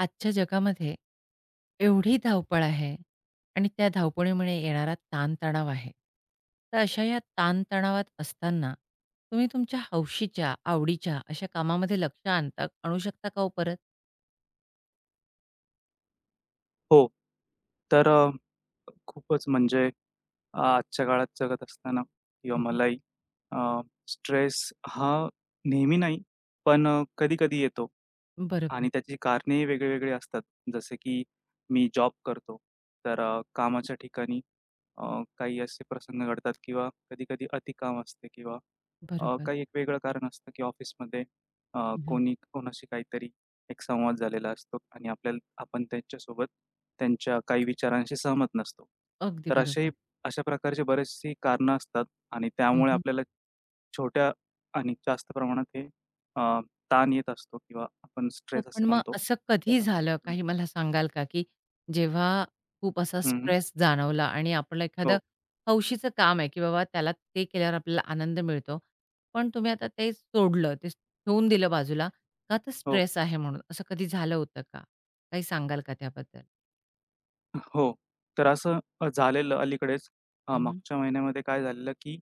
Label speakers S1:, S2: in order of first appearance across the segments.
S1: आजच्या जगामध्ये एवढी धावपळ आहे आणि त्या धावपळीमुळे येणारा ताणतणाव आहे. तर अशा या ताणतणावात असताना तुम्ही तुमच्या हौशीच्या, आवडीच्या अशा कामामध्ये लक्ष आणता आणू शकता का हो परत?
S2: हो. तर खूपच म्हणजे आजच्या काळात जगत असताना किंवा
S1: हं, हं.
S2: मलाही अ, स्ट्रेस हा नेहमी नाही, पण कधी-कधी येतो
S1: बरोबर,
S2: आणि त्याची कारणेही वेगळी-वेगळी असतात. जसे की मी जॉब करतो, तर कामाच्या ठिकाणी अ, काही असे प्रसंग घडतात किंवा कधी-कधी अतिकाम असते किंवा
S1: बरोबर.
S2: काही एक वेगळं कारण असतं की ऑफिसमध्ये
S1: हं,
S2: कोणी कोणाशी काहीतरी एक संवाद झालेला असतो आणि आपल्याला आपण त्यांच्यासोबत त्यांच्या काही विचारांशी सहमत नसतो.
S1: अगदी
S2: तर
S1: बरोबर.
S2: अशा प्रकारची बरीचशी कारणं असतात आणि त्यामुळे आपल्याला छोट्या आणि जास्त प्रमाणात हे अ, ताण येत असतो किंवा आपण
S1: हो,
S2: स्ट्रेस
S1: पण
S2: असे
S1: मग
S2: म्हणतो
S1: असं कधी
S2: त्याला.
S1: झालं, काही मला सांगाल का, की जेव्हा खूप असा
S2: हं, हं.
S1: स्ट्रेस जाणवला आणि आपलं एखादं
S2: हो,
S1: हौशीचं काम आहे, की बाबा त्याला ते केल्यावर आपल्याला आनंद मिळतो. पण तुम्ही आता ते सोडलं, ते ठेवून दिलं बाजूला, का तर
S2: हो,
S1: स्ट्रेस आहे म्हणून, असं कधी झालं होतं का? काही सांगाल का त्याबद्दल?
S2: हो. तर असं झालेलं अलीकडेच
S1: हं,
S2: मागच्या महिन्यामध्ये काय झालेलं, की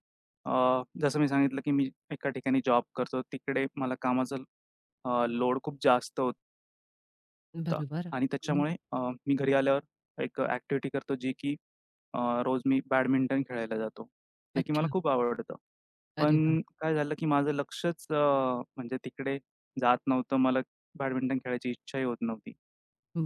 S2: जसं मी सांगितलं, की मी एका ठिकाणी जॉब करतो. तिकडे मला कामाचा लोड खूप जास्त होता. शकता
S1: बरोबर.
S2: आणि
S1: हं.
S2: त्याच्यामुळे मी घरी आल्यावर एक ॲक्टिव्हिटी करतो जी की अ, रोज मी बॅडमिंटन खेळायला जातो. जे की मला
S1: अच्छा.
S2: खूप आवडतं.
S1: अरे वाह!
S2: पण काय झालं की माझं लक्षच म्हणजे तिकडे जात नव्हतं. मला बॅडमिंटन खेळायची इच्छाही होत नव्हती.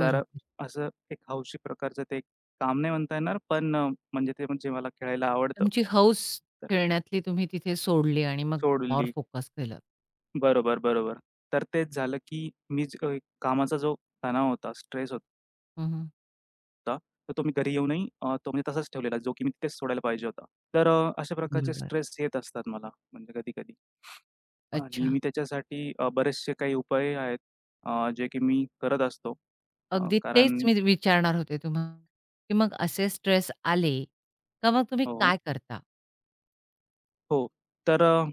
S2: तर
S1: बरोबर.
S2: असं एक हौशी प्रकारचं ते काम नाही म्हणता येणार, पण म्हणजे ते म्हणजे मला खेळायला आवडतं.
S1: तुमची हौस
S2: तर
S1: खेळण्यातली तुम्ही तिथे सोडली आणि मग और
S2: सोडली.
S1: फोकस केलं.
S2: बरोबर, बरोबर. तर तेच झालं की कामाचा जो तणाव होता, स्ट्रेस
S1: हं,
S2: होता. तर तो मी घरी येऊनही अ, तो म्हणजे तसाच ठेवलेला, जो की मी तिथेच सोडायला पाहिजे होता. तर अशा प्रकारचे
S1: बरोबर.
S2: स्ट्रेस येत असतात मला म्हणजे कधी-कधी आणि
S1: अच्छा.
S2: मी त्याच्यासाठी बरेचसे काही उपाय आहेत जे की मी करत असतो.
S1: अगदी
S2: कारण
S1: तेच मी विचारणार होते तुम्हाला, की मग असे स्ट्रेस आले, का मग तुम्ही
S2: हो, हो.
S1: काय करता?
S2: हो. तर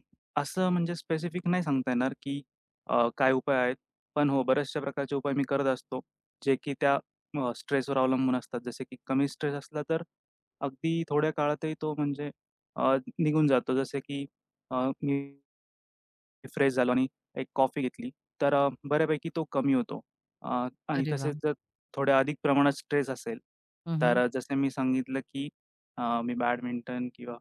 S2: असं म्हणजे स्पेसिफिक नाही सांगता येणार, की काय उपाय आहेत. पण हो, बऱ्याचशा प्रकारचे उपाय मी करत असतो, जे की त्या स्ट्रेसवर अवलंबून असतात. जसे की कमी स्ट्रेस असला तर अगदी थोड्या काळातही तो म्हणजे अ, निघून जातो. जसे की मी रिफ्रेश झालो आणि एक कॉफी घेतली, तर बऱ्यापैकी तो कमी होतो. अ, आणि
S1: अरे
S2: तसेच
S1: वाह!
S2: जर थोड्या अधिक प्रमाणात स्ट्रेस असेल,
S1: हं,
S2: तर
S1: हं.
S2: जसं मी सांगितलं, की मी बॅडमिंटन किंवा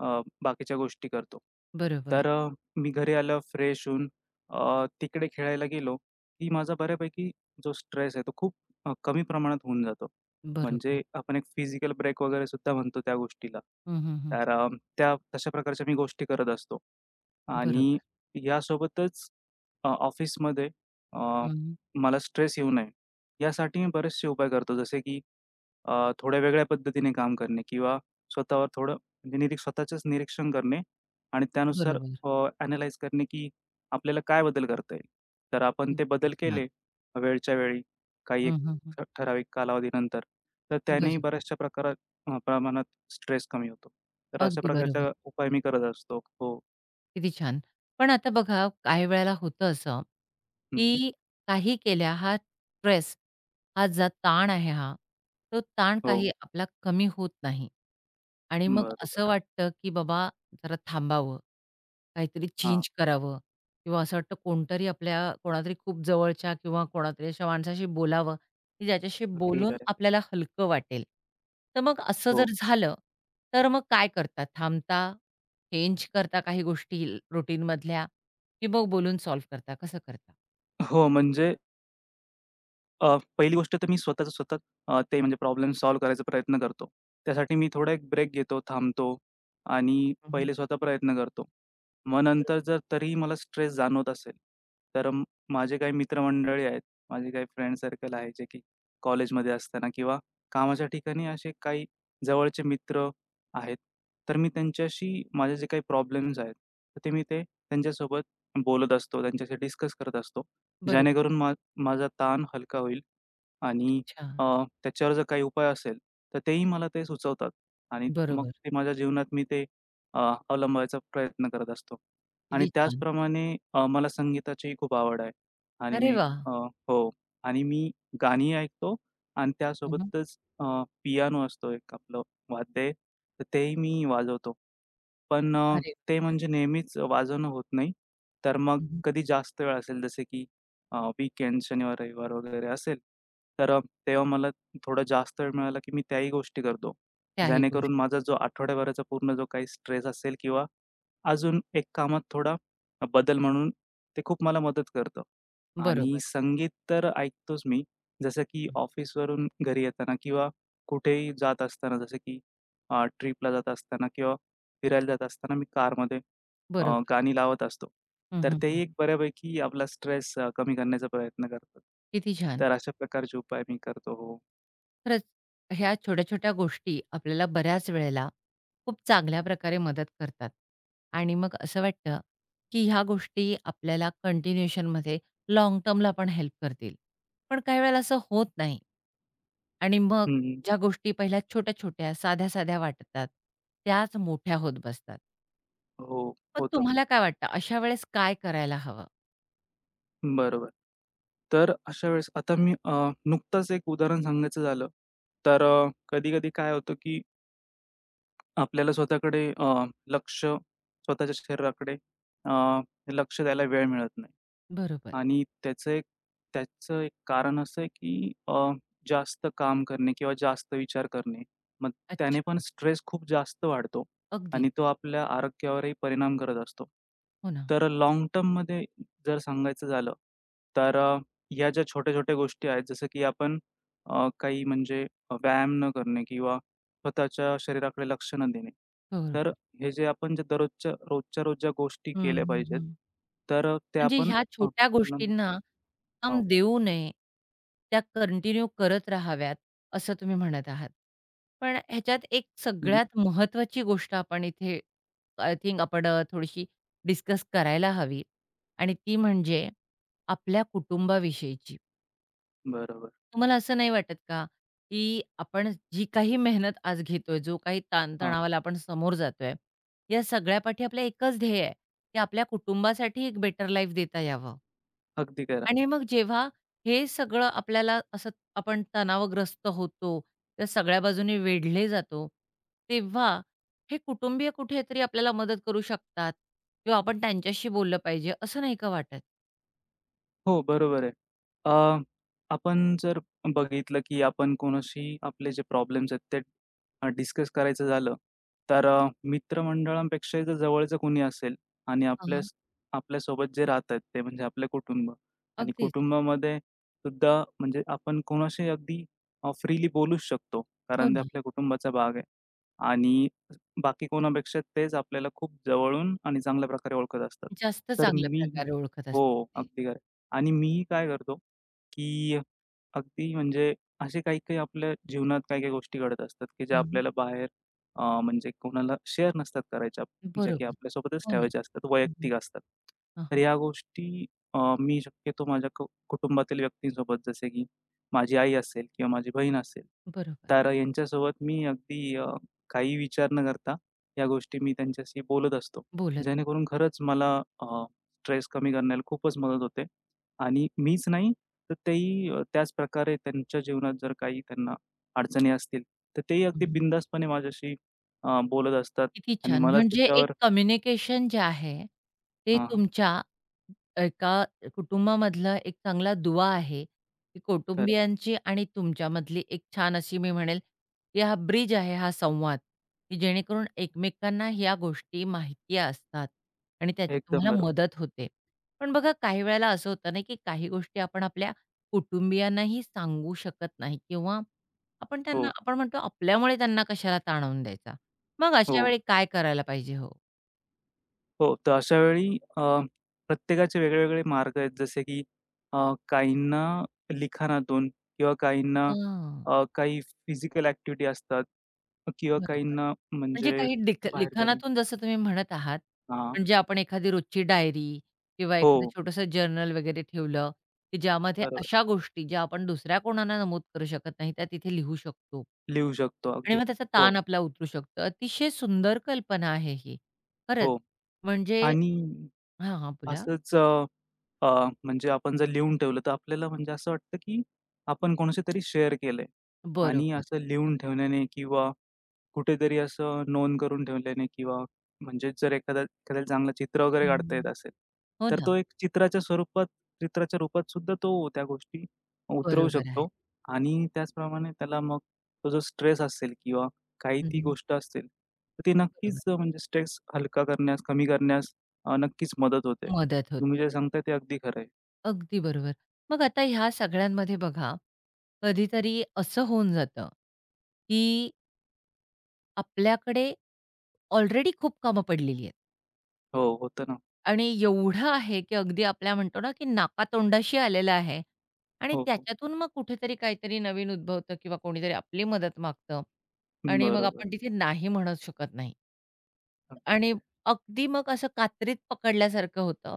S2: बाकीच्या गोष्टी करतो.
S1: बरोबर,
S2: तर मी घरी आलं फ्रेश होऊन तिकडे खेळायला गेलो, की माझा बऱ्यापैकी जो स्ट्रेस आहे तो खूप कमी प्रमाणात होऊन जातो.
S1: बरोबर.
S2: म्हणजे आपण एक फिजिकल ब्रेक वगैरे सुद्धा म्हणतो त्या गोष्टीला.
S1: हं, हं, हं.
S2: तर त्या तशा प्रकारच्या मी गोष्टी करत असतो आणि
S1: बरोबर.
S2: यासोबतच ऑफिसमध्ये अ,
S1: हं, हं.
S2: मला स्ट्रेस येऊ नये यासाठी मी बरेचसे उपाय करतो. जसे की थोड्या वेगळ्या पद्धतीने काम करणे किंवा स्वतःवर थोडं म्हणजे स्वतःचंच निरीक्षण करणे आणि त्यानुसार
S1: बरोबर.
S2: अ, ॲनलाईज करणे की आपल्याला काय बदल करता येईल. तर आपण ते
S1: अगदी
S2: बदल
S1: छान.
S2: केले वेळच्या वेळी काही एक
S1: हं, हं, हं.
S2: ठराविक कालावधीनंतर, तर त्यानेही
S1: बरोबर.
S2: बऱ्याचशा प्रकारात प्रमाणात स्ट्रेस कमी होतो. तर अशा
S1: अगदी बरोबर.
S2: प्रकारचा उपाय मी करत असतो. हो.
S1: किती छान. पण आता बघा काही वेळेला होतं असं,
S2: हं,
S1: की काही केल्या हा स्ट्रेस, हा ताण आहे हा, तो ताण
S2: हो.
S1: काही आपला कमी होत नाही. आणि मग असं
S2: बरोबर.
S1: वाटतं, की बाबा जरा थांबावं, काहीतरी
S2: हां,
S1: चेंज करावं किंवा असं वाटतं कोणतरी आपल्या कोणातरी खूप जवळच्या किंवा कोणातरी अशा माणसाशी बोलावं, की ज्याच्याशी
S2: अगदी खरं
S1: बोलून
S2: आहे.
S1: आपल्याला हलकं वाटेल. तर मग असं
S2: हो.
S1: जर झालं, तर मग काय करता? थांबता? चेंज करता काही गोष्टी रुटीनमधल्या की मग बोलून सॉल्व्ह करता? कसं करता?
S2: हो, म्हणजे पहिली गोष्ट तर मी स्वतःच स्वतः ते म्हणजे प्रॉब्लेम सॉल्व्ह करायचा प्रयत्न करतो. त्यासाठी मी थोडा एक ब्रेक घेतो, थांबतो आणि
S1: हं,
S2: पहिले स्वतः प्रयत्न करतो. मग नंतर
S1: बरोबर.
S2: जर तरीही मला स्ट्रेस जाणवत असेल, तर माझे काही मित्रमंडळी आहेत, माझे काही फ्रेंड सर्कल आहे, जे की कॉलेजमध्ये असताना किंवा कामाच्या ठिकाणी असे काही जवळचे मित्र आहेत. तर मी त्यांच्याशी माझे जे काही प्रॉब्लेम्स आहेत, तर ते मी त्यांच्यासोबत बोलत असतो, त्यांच्याशी डिस्कस करत असतो.
S1: बरोबर.
S2: जेणेकरून माझा ताण हलका होईल आणि
S1: अच्छा.
S2: अ, त्याच्यावर जर काही उपाय असेल, तर तेही मला ते सुचवतात आणि मग
S1: बरोबर.
S2: ते माझ्या जीवनात मी ते अ, अवलंबायचा प्रयत्न करत असतो. आणि
S1: किती छान.
S2: त्याचप्रमाणे मला संगीताचीही खूप आवड आहे आणि
S1: अरे वा,
S2: हो आणि मी गाणी ऐकतो आणि
S1: हं, हं.
S2: त्यासोबतच पियानो असतो एक आपलं वाद्य आहे, तर तेही मी वाजवतो. पण
S1: अरे
S2: ते म्हणजे नेहमीच वाजवणं होत नाही. तर मग
S1: हं, हं.
S2: कधी जास्त वेळ असेल जसे की वीकेंड, शनिवार, रविवार वगैरे असेल, तर तेव्हा मला थोडा जास्त वेळ मिळाला की मी त्याही गोष्टी करतो.
S1: त्याही गोष्टी.
S2: जेणेकरून माझा जो आठवड्याभराचा पूर्ण जो काही स्ट्रेस असेल किंवा अजून एक कामात थोडा बदल म्हणून ते खूप मला मदत करतं. आणि
S1: बरोबर.
S2: संगीत तर ऐकतोच मी. जसं की ऑफिसवरून घरी येताना किंवा कुठेही जात असताना जसं की ट्रिपला जात असताना किंवा फिरायला जात असताना मी कारमध्ये
S1: बरोबर.
S2: गाणी लावत असतो. तर
S1: हं,
S2: तेही एक बऱ्यापैकी आपला स्ट्रेस कमी करण्याचा प्रयत्न करतात.
S1: किती छान.
S2: तर अशा प्रकारचे उपाय मी करतो. हो.
S1: खरंच ह्या छोट्या-छोट्या गोष्टी आपल्याला बऱ्याच वेळेला खूप चांगल्या प्रकारे मदत करतात आणि मग असं वाटतं, की ह्या गोष्टी आपल्याला कंटिन्युएशनमध्ये लॉंग टर्मला पण हेल्प करतील. पण काही वेळेला असं होत नाही. आणि मग
S2: हं, हं.
S1: ज्या गोष्टी पहिल्या छोट्या-छोट्या, साध्या-साध्या वाटतात, त्याच मोठ्या होत बसतात.
S2: हो,
S1: मग
S2: होतं.
S1: तुम्हाला काय वाटतं अशा वेळेस काय करायला हवं?
S2: बरोबर. तर अशा वेळेस आता मी नुकतंच एक उदाहरण सांगायचं झालं, तर कधी-कधी काय होतं की आपल्याला स्वतःकडे लक्ष स्वतःच्या शरीराकडे अ, लक्ष द्यायला वेळ मिळत नाही.
S1: बरोबर.
S2: आणि त्याचं एक कारण असं आहे, की जास्त काम करणे किंवा जास्त विचार करणे. मग त्याने पण
S1: अच्छा.
S2: स्ट्रेस खूप जास्त वाढतो
S1: अगदी.
S2: आणि तो आपल्या आरोग्यावरही परिणाम करत असतो.
S1: हो ना.
S2: तर लाँग टर्ममध्ये जर सांगायचं झालं, तर ह्या ज्या छोट्या-छोट्या गोष्टी आहेत, जसं की आपण काही म्हणजे व्यायाम न करणे किंवा स्वतःच्या शरीराकडे लक्ष न देणे. तर
S1: बरोबर.
S2: हे जे आपण दररोजच्या रोज ज्या गोष्टी
S1: हं,
S2: केल्या
S1: हं,
S2: पाहिजेत,
S1: हं.
S2: तर त्या
S1: म्हणजे
S2: आपण
S1: ह्या
S2: अ,
S1: छोट्या
S2: अवलंबत नाही.
S1: गोष्टींना थांब
S2: हो.
S1: देऊ नये. त्या कंटिन्यू करत राहाव्यात, असं तुम्ही म्हणत आहात. पण ह्याच्यात एक
S2: हं,
S1: सगळ्यात महत्त्वाची गोष्ट आपण इथे आय थिंक आपण थोडीशी डिस्कस करायला हवी आणि ती म्हणजे आपल्या कुटुंबाविषयीची.
S2: बरोबर.
S1: तुम्हाला असं नाही वाटत का, की आपण जी काही मेहनत आज घेतोय, जो काही
S2: हां,
S1: ताणतणावाला आपण समोर जातोय, या सगळ्यापाठी आपलं एकच ध्येय आहे, की आपल्या कुटुंबासाठी एक बेटर लाईफ देता यावं?
S2: अगदी करा.
S1: आणि मग जेव्हा हे सगळं आपल्याला असं आपण तणावग्रस्त होतो, त्या सगळ्या बाजूने वेढले जातो, तेव्हा हे कुटुंबीय कुठेतरी आपल्याला मदत करू शकतात किंवा आपण त्यांच्याशी बोललं पाहिजे, असं नाही का वाटत?
S2: हो, बरोबर आहे. अ, आपण जर बघितलं, की आपण कोणाशी आपले जे प्रॉब्लेम्स आहेत ते डिस्कस करायचं झालं, तर मित्रमंडळांपेक्षा जर जवळचं कोणी असेल आणि
S1: हां,
S2: आपल्यासोबत जे राहतात ते म्हणजे आपले कुटुंब आणि
S1: अगदीच.
S2: कुटुंबामध्ये सुद्धा म्हणजे आपण कोणाशी अगदी फ्रीली बोलूच शकतो,
S1: हो
S2: कारण ते
S1: ना.
S2: आपल्या कुटुंबाचा भाग आहे. आणि बाकी कोणापेक्षा तेच आपल्याला खूप जवळून आणि चांगल्या प्रकारे ओळखत असतात.
S1: जास्त
S2: तर
S1: चांगल्या
S2: मी
S1: प्रकारे ओळखत असतात
S2: हो,
S1: ते.
S2: अगदी खरं आणि मीही काय करतो की अगदी म्हणजे असे काही-काही आपल्या जीवनात काही-काही गोष्टी घडत असतात, की ज्या
S1: हं.
S2: आपल्याला बाहेर म्हणजे कोणाला शेअर नसतात करायच्या, ज्या की
S1: बरोबर.
S2: आपल्यासोबतच
S1: हो ना.
S2: ठेवायच्या असतात,
S1: हं, हं.
S2: वैयक्तिक असतात. तर या गोष्टी मी शक्यतो माझ्या कुटुंबातील व्यक्तींसोबत जसे की माझी आई असेल किंवा माझी बहीण असेल,
S1: बरोबर.
S2: तर यांच्यासोबत मी अगदी काही विचार न करता या गोष्टी मी त्यांच्याशी बोलत असतो.
S1: बोलत.
S2: जेणेकरून खरंच मला स्ट्रेस कमी करण्याला खूपच मदत होते आणि मीच नाही, तर तेही त्याच प्रकारे त्यांच्या जीवनात जर काही त्यांना अडचणी असतील, तर तेही अगदी
S1: हं,
S2: बिनधास्तपणे माझ्याशी बोलत असतात
S1: किती
S2: आणि
S1: छान!
S2: मला
S1: म्हणजे एक
S2: त्याच्यावर
S1: कम्युनिकेशन जे आहे, ते
S2: हां, हां.
S1: तुमच्या एका कुटुंबामधला एक चांगला दुवा आहे, की
S2: खरं आहे.
S1: कुटुंबियांची आणि तुमच्यामधली एक छान अशी मी म्हणेल, की हा ब्रिज आहे हा संवाद, की जेणेकरून एकमेकांना ह्या गोष्टी माहिती असतात आणि त्याची
S2: एकदम
S1: तुम्हाला
S2: बरोबर.
S1: मदत होते. पण बघा काही वेळेला असं होतं ना, की काही गोष्टी आपण आपल्या कुटुंबियांनाही सांगू शकत नाही किंवा आपण त्यांना
S2: हो,
S1: आपण म्हणतो आपल्यामुळे त्यांना कशाला ताणवून द्यायचा. मग अशा
S2: हो,
S1: वेळी काय करायला पाहिजे हो?
S2: हो. तर अशा वेळी अ, प्रत्येकाचे वेगळे-वेगळे मार्ग आहेत. जसे की अ, काहींना लिखाणातून किंवा काहींना
S1: हां,
S2: काही फिजिकल ॲक्टिव्हिटी असतात किंवा
S1: बरोबर.
S2: काहींना
S1: म्हणजे
S2: म्हणजे
S1: काही
S2: बाहेर जाणे
S1: लिखाणातून जसं तुम्ही म्हणत आहात,
S2: हां.
S1: म्हणजे आपण एखादी रोजची डायरी किंवा एखादं
S2: हो,
S1: छोटंसं जर्नल वगैरे ठेवलं, की ज्यामध्ये
S2: बरोबर.
S1: अशा गोष्टी ज्या आपण दुसऱ्या कोणाला नमूद करू शकत नाही, त्या तिथे लिहू शकतो
S2: लिहू शकतो
S1: आणि
S2: अगदी.
S1: मग त्याचा
S2: हो.
S1: ताण आपला उतरू शकतो. अतिशय सुंदर कल्पना आहे ही.
S2: हो.
S1: खरंच म्हणजे
S2: आणि
S1: हां, हां, बोला.
S2: असंच अ, अ, म्हणजे आपण जर लिहून ठेवलं, तर आपल्याला म्हणजे असं वाटतं, की आपण कोणाशी तरी शेअर केलंय आणि
S1: बरोबर.
S2: असं लिहून ठेवण्याने किंवा कुठेतरी असं नोंद करून ठेवल्याने किंवा म्हणजे जर एखादा एखाद्याला चांगलं चित्र वगैरे काढता
S1: हं,
S2: येत असेल,
S1: हो
S2: तर
S1: ना.
S2: तो एक चित्राच्या रूपात सुद्धा तो त्या गोष्टी उतरवू
S1: बरोबर आहे.
S2: शकतो आणि त्याचप्रमाणे त्याला मग तो जो स्ट्रेस असेल किंवा काही
S1: हं,
S2: ती
S1: हं.
S2: गोष्ट असेल, तर ती
S1: बरोबर.
S2: नक्कीच म्हणजे स्ट्रेस हलका करण्यास, कमी करण्यास नक्कीच मदत होते.
S1: मदत
S2: तुम्ही
S1: होते.
S2: जे सांगताय ते अगदी खरं आहे.
S1: अगदी बरोबर. मग आता ह्या सगळ्यांमध्ये बघा, कधीतरी असं होऊन जातं, की आपल्याकडे ऑलरेडी खूप कामं पडलेली आहेत
S2: हो, होतं ना.
S1: आणि एवढं आहे, की अगदी आपल्या म्हणतो ना, की नाकातोंडाशी आलेलं आहे आणि
S2: हो, हो.
S1: त्याच्यातून मग कुठेतरी काहीतरी नवीन उद्भवतं किंवा कोणीतरी आपली मदत मागतं आणि मग
S2: बरोबर.
S1: आपण तिथे नाही म्हणत शकत नाही.
S2: अगदी
S1: आणि
S2: खरं आहे.
S1: अगदी मग असं कात्रीत पकडल्यासारखं होतं,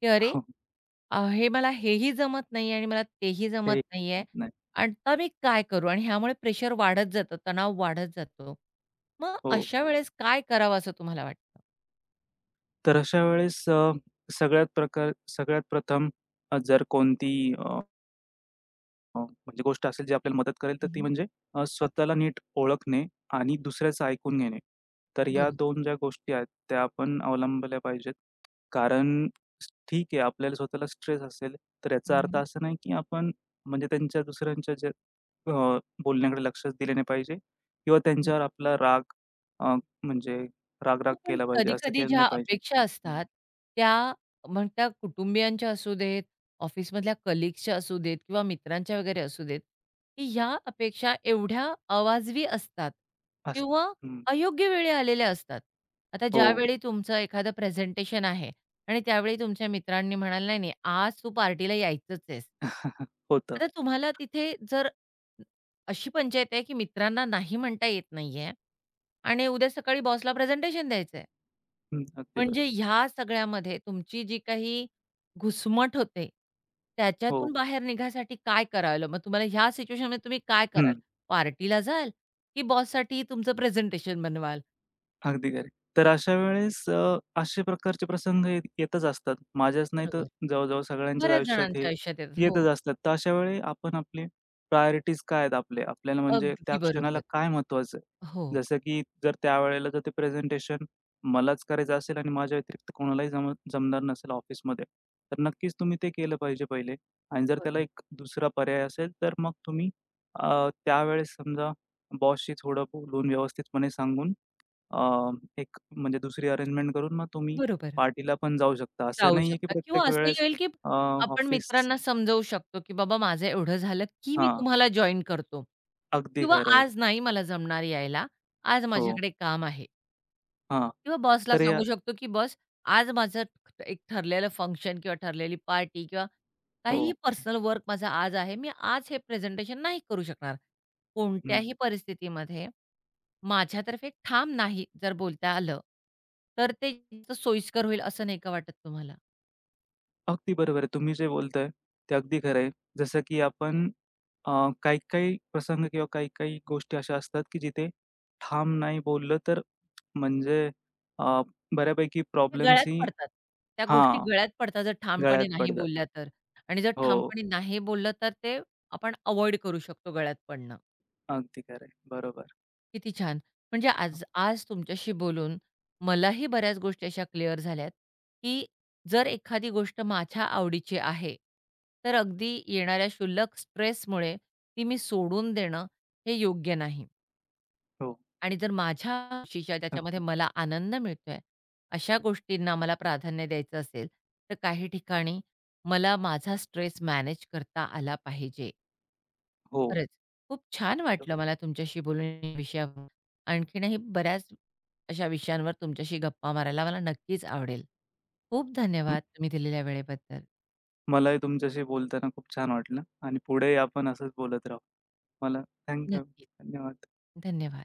S1: की "अरे,
S2: हो,
S1: हे मला हेही जमत नाहीये आणि मला तेही
S2: ते
S1: जमत नाहीये.
S2: नाही.
S1: आता मी काय करू?" आणि ह्यामुळे प्रेशर वाढत जातं, तणाव वाढत जातो. मग
S2: हो.
S1: अशा वेळेस काय करावं असं तुम्हाला वाटतं?
S2: तर अशा वेळेस सगळ्यात प्रथम जर कोणती अ, अ, म्हणजे गोष्ट असेल जी आपल्याला मदत करेल, तर ती
S1: हं,
S2: म्हणजे स्वतःला नीट ओळखणे आणि दुसऱ्याचं ऐकून घेणे. तर या
S1: बरोबर.
S2: दोन ज्या गोष्टी आहेत, त्या आपण अवलंबल्या पाहिजेत. कारण ठीक आहे, आपल्याला स्वतःला स्ट्रेस असेल, तर याचा अर्थ
S1: हं,
S2: असा नाही की आपण म्हणजे त्यांच्या दुसऱ्यांच्या ज्या अ, बोलण्याकडे लक्षच दिले नाही पाहिजे किंवा त्यांच्यावर आपला राग अ, म्हणजे
S1: हो,
S2: राग-राग
S1: पण
S2: केला पाहिजे, असं
S1: कधी-कधी
S2: केलं
S1: ज्या
S2: नाही पाहिजे.
S1: अपेक्षा असतात, त्या मग त्या कुटुंबियांच्या असू देत, ऑफिसमधल्या कलीग्सच्या असू देत किंवा मित्रांच्या वगैरे असू देत, की ह्या अपेक्षा एवढ्या अवाजवी असतात
S2: असं.
S1: किंवा
S2: हं.
S1: अयोग्य वेळी आलेल्या असतात. आता
S2: हो.
S1: ज्यावेळी तुमचं एखादं प्रेझेंटेशन आहे आणि त्यावेळी तुमच्या मित्रांनी म्हणाल, "नाही, नाही, आज तू पार्टीला यायचंच आहेस."
S2: होतं.
S1: आता तुम्हाला तिथे जर अशी पंचायत आहे, की मित्रांना नाही म्हणता येत नाहीये आणि उद्या सकाळी बॉसला प्रेझेंटेशन द्यायचंय.
S2: हं. अगदी
S1: म्हणजे
S2: बरोबर.
S1: ह्या सगळ्यामध्ये तुमची जी काही घुसमट होते, त्याच्यातून
S2: हो.
S1: बाहेर निघायसाठी काय करावं? मग तुम्हाला ह्या सिच्युएशनमध्ये तुम्ही काय कराल?
S2: हं.
S1: पार्टीला जाल, की बॉससाठी तुमचं प्रेझेंटेशन बनवाल?
S2: अगदी खरे. तर अशा वेळेस असे प्रकारचे प्रसंग येतच असतात. माझ्याच नाही तर
S1: बरोबर.
S2: जवळ सगळ्यांच्याच
S1: बऱ्याच
S2: आयुष्यात
S1: जणांच्या
S2: हे
S1: आयुष्यात येतात. हो,
S2: येतच असतात. तर अशा वेळी आपण आपले प्रायोरिटीज काय आहेत आपले? आपल्याला म्हणजे त्या
S1: अगदी
S2: क्षणाला
S1: बरोबर.
S2: काय महत्त्वाचं आहे?
S1: हो,
S2: जसं की जर त्यावेळेला ते प्रेझेंटेशन मलाच करायचं असेल आणि माझ्या व्यतिरिक्त कोणालाही जमणार नसेल ऑफिसमध्ये, तर नक्कीच तुम्ही ते केलं पाहिजे पहिले आणि जर त्याला
S1: बरो
S2: एक दुसरा पर्याय असेल, तर मग त्यावेळेस समजा बॉसशी थोडं बोलून व्यवस्थितपणे सांगून अ, एक म्हणजे दुसरी अरेंजमेंट करून मग तुम्ही
S1: बरोबर.
S2: पार्टीला पण जाऊ शकता. असं
S1: जाऊ
S2: नाहीये की
S1: शकता किंवा
S2: प्रत्येक
S1: असंही
S2: वेळेस
S1: होईल, की
S2: अ,
S1: आपण
S2: ऑफिस
S1: मित्रांना समजवू शकतो, की "बाबा माझं एवढं झालं, की मी
S2: हां,
S1: तुम्हाला जॉइन करतो."
S2: अगदी
S1: किंवा
S2: खरं आहे.
S1: "आज नाही मला जमणार यायला. आज
S2: हो,
S1: माझ्याकडे काम आहे."
S2: हां.
S1: किंवा बॉसला
S2: तर या
S1: सांगू शकतो, की "बॉस आज माझं एक ठरलेलं फंक्शन किंवा ठरलेली पार्टी किंवा
S2: हो,
S1: काहीही पर्सनल वर्क माझा आज आहे. मी आज हे प्रेझेंटेशन नाही करू शकणार.
S2: हं.
S1: कोणत्याही परिस्थितीमध्ये माझ्यातर्फे ठाम नाही जर बोलता आलं, तर ते जास्त सोयीस्कर होईल असं नाही का वाटत तुम्हाला?"
S2: अगदी बरोबर आहे. तुम्ही जे बोलताय ते अगदी खरं आहे. जसं की आपण अ, काही-काही प्रसंग किंवा काही-काही गोष्टी अशा असतात की जिथे ठाम नाही बोललं तर म्हणजे अ, बऱ्यापैकी
S1: त्या गळ्यात
S2: प्रॉब्लेम्स ही
S1: पडतात. त्या गोष्टी
S2: हां,
S1: गळ्यात पडतात जर ठामपणे
S2: गळ्यात
S1: नाही
S2: पडतात.
S1: बोलल्या तर. आणि जर
S2: हो,
S1: ठामपणे नाही बोललं तर ते आपण अव्हॉइड करू शकतो गळ्यात पडणं.
S2: अगदी खरं आहे. बरोबर.
S1: किती छान. म्हणजे आज आज तुमच्याशी बोलून मलाही बऱ्याच गोष्टी अशा क्लिअर झाल्यात, की जर एखादी गोष्ट माझ्या आवडीची आहे, तर अगदी येणाऱ्या क्षुल्लक स्ट्रेसमुळे ती मी सोडून देणं हे योग्य नाही.
S2: हो,
S1: आणि जर माझ्या खुशीच्या त्याच्यामध्ये
S2: अगदी.
S1: मला आनंद मिळतोय, अशा गोष्टींना मला प्राधान्य द्यायचं असेल, तर काही ठिकाणी मला माझा स्ट्रेस मॅनेज करता आला पाहिजे.
S2: हो.
S1: खरंच, खूप छान
S2: तर
S1: वाटलं मला तुमच्याशी बोलून या विषयावर. आणखीनही बऱ्याच अशा विषयांवर तुमच्याशी गप्पा मारायला मला नक्कीच आवडेल. खूप
S2: म
S1: धन्यवाद तुम्ही दिलेल्या वेळेबद्दल.
S2: मलाही तुमच्याशी बोलताना खूप छान वाटलं आणि पुढेही आपण असंच बोलत राहू. मला थँक यू.
S1: नक्कीच.
S2: धन्यवाद.
S1: धन्यवाद.